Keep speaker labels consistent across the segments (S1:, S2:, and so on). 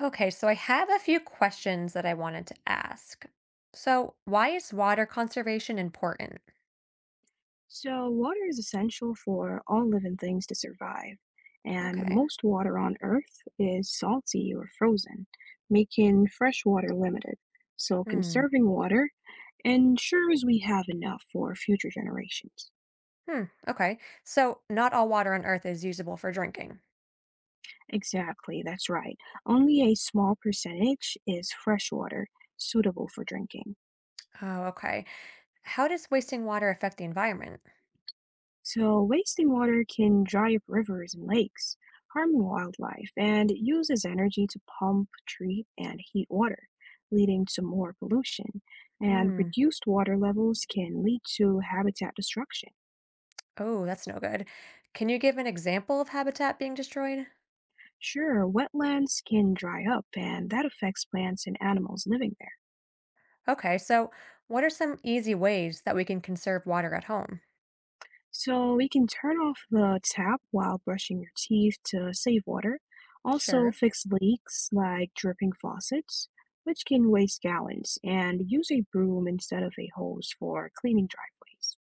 S1: Okay, so I have a few questions that I wanted to ask. So, why is water conservation important?
S2: So, water is essential for all living things to survive, and
S1: Okay.
S2: most water on Earth is salty or frozen, making fresh water limited. So,
S1: Hmm.
S2: conserving water ensures we have enough for future generations.
S1: Hmm. Okay. So, not all water on Earth is usable for drinking.
S2: Exactly, that's right. Only a small percentage is fresh water suitable for drinking.
S1: Oh, okay. How does wasting water affect the environment?
S2: So, wasting water can dry up rivers and lakes, harming wildlife, and uses energy to pump, treat, and heat water, leading to more pollution. And
S1: Hmm.
S2: reduced water levels can lead to habitat destruction.
S1: Oh, that's no good. Can you give an example of habitat being destroyed?
S2: Sure, wetlands can dry up, and that affects plants and animals living there.
S1: Okay, so what are some easy ways that we can conserve water at home?
S2: So we can turn off the tap while brushing your teeth to save water. Also,
S1: Sure.
S2: fix leaks like dripping faucets, which can waste gallons, and use a broom instead of a hose for cleaning driveways.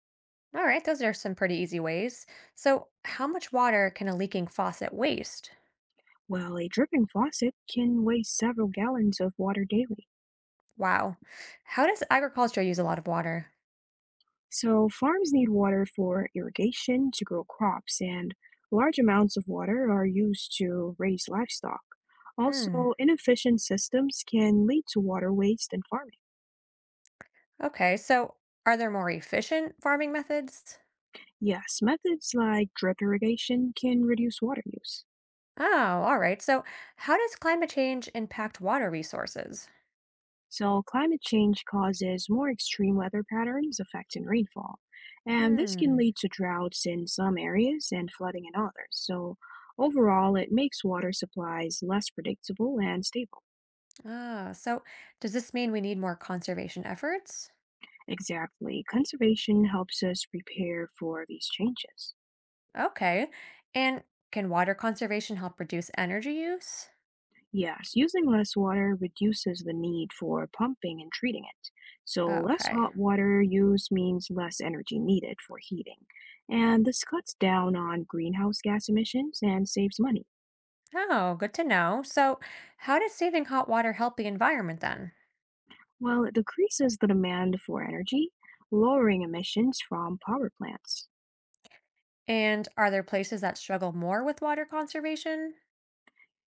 S1: All right, those are some pretty easy ways. So, how much water can a leaking faucet waste?
S2: Well, a dripping faucet can waste several gallons of water daily.
S1: Wow. How does agriculture use a lot of water?
S2: So, farms need water for irrigation to grow crops, and large amounts of water are used to raise livestock.
S1: Hmm.
S2: Also, inefficient systems can lead to water waste in farming.
S1: Okay. So, are there more efficient farming methods?
S2: Yes, methods like drip irrigation can reduce water use.
S1: Oh, all right. So, how does climate change impact water resources?
S2: So, climate change causes more extreme weather patterns affecting rainfall. And this can
S1: Hmm.
S2: lead to droughts in some areas and flooding in others. So, overall, it makes water supplies less predictable and stable.
S1: Ah, so does this mean we need more conservation efforts?
S2: Exactly. Conservation helps us prepare for these changes.
S1: Okay. And can water conservation help reduce energy use?
S2: Yes, using less water reduces the need for pumping and treating it. So, less
S1: Okay.
S2: hot water use means less energy needed for heating. And this cuts down on greenhouse gas emissions and saves money.
S1: Oh, good to know. So, how does saving hot water help the environment then?
S2: While it decreases the demand for energy, lowering emissions from power plants.
S1: And are there places that struggle more with water conservation?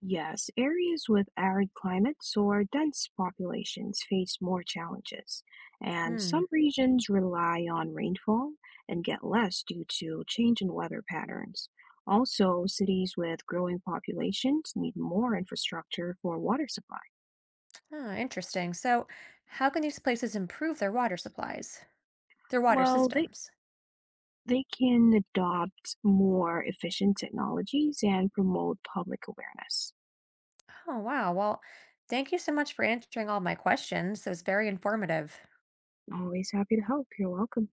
S2: Yes, areas with arid climates or dense populations face more challenges, and
S1: Hmm.
S2: some regions rely on rainfall and get less due to change in weather patterns. Also, cities with growing populations need more infrastructure for water supply.
S1: Ah, interesting. So, how can these places improve their water supplies, their water
S2: Well, they
S1: systems?
S2: they can adopt more efficient technologies and promote public awareness.
S1: Oh, wow. Well, thank you so much for answering all my questions. It was very informative.
S2: Always happy to help. You're welcome.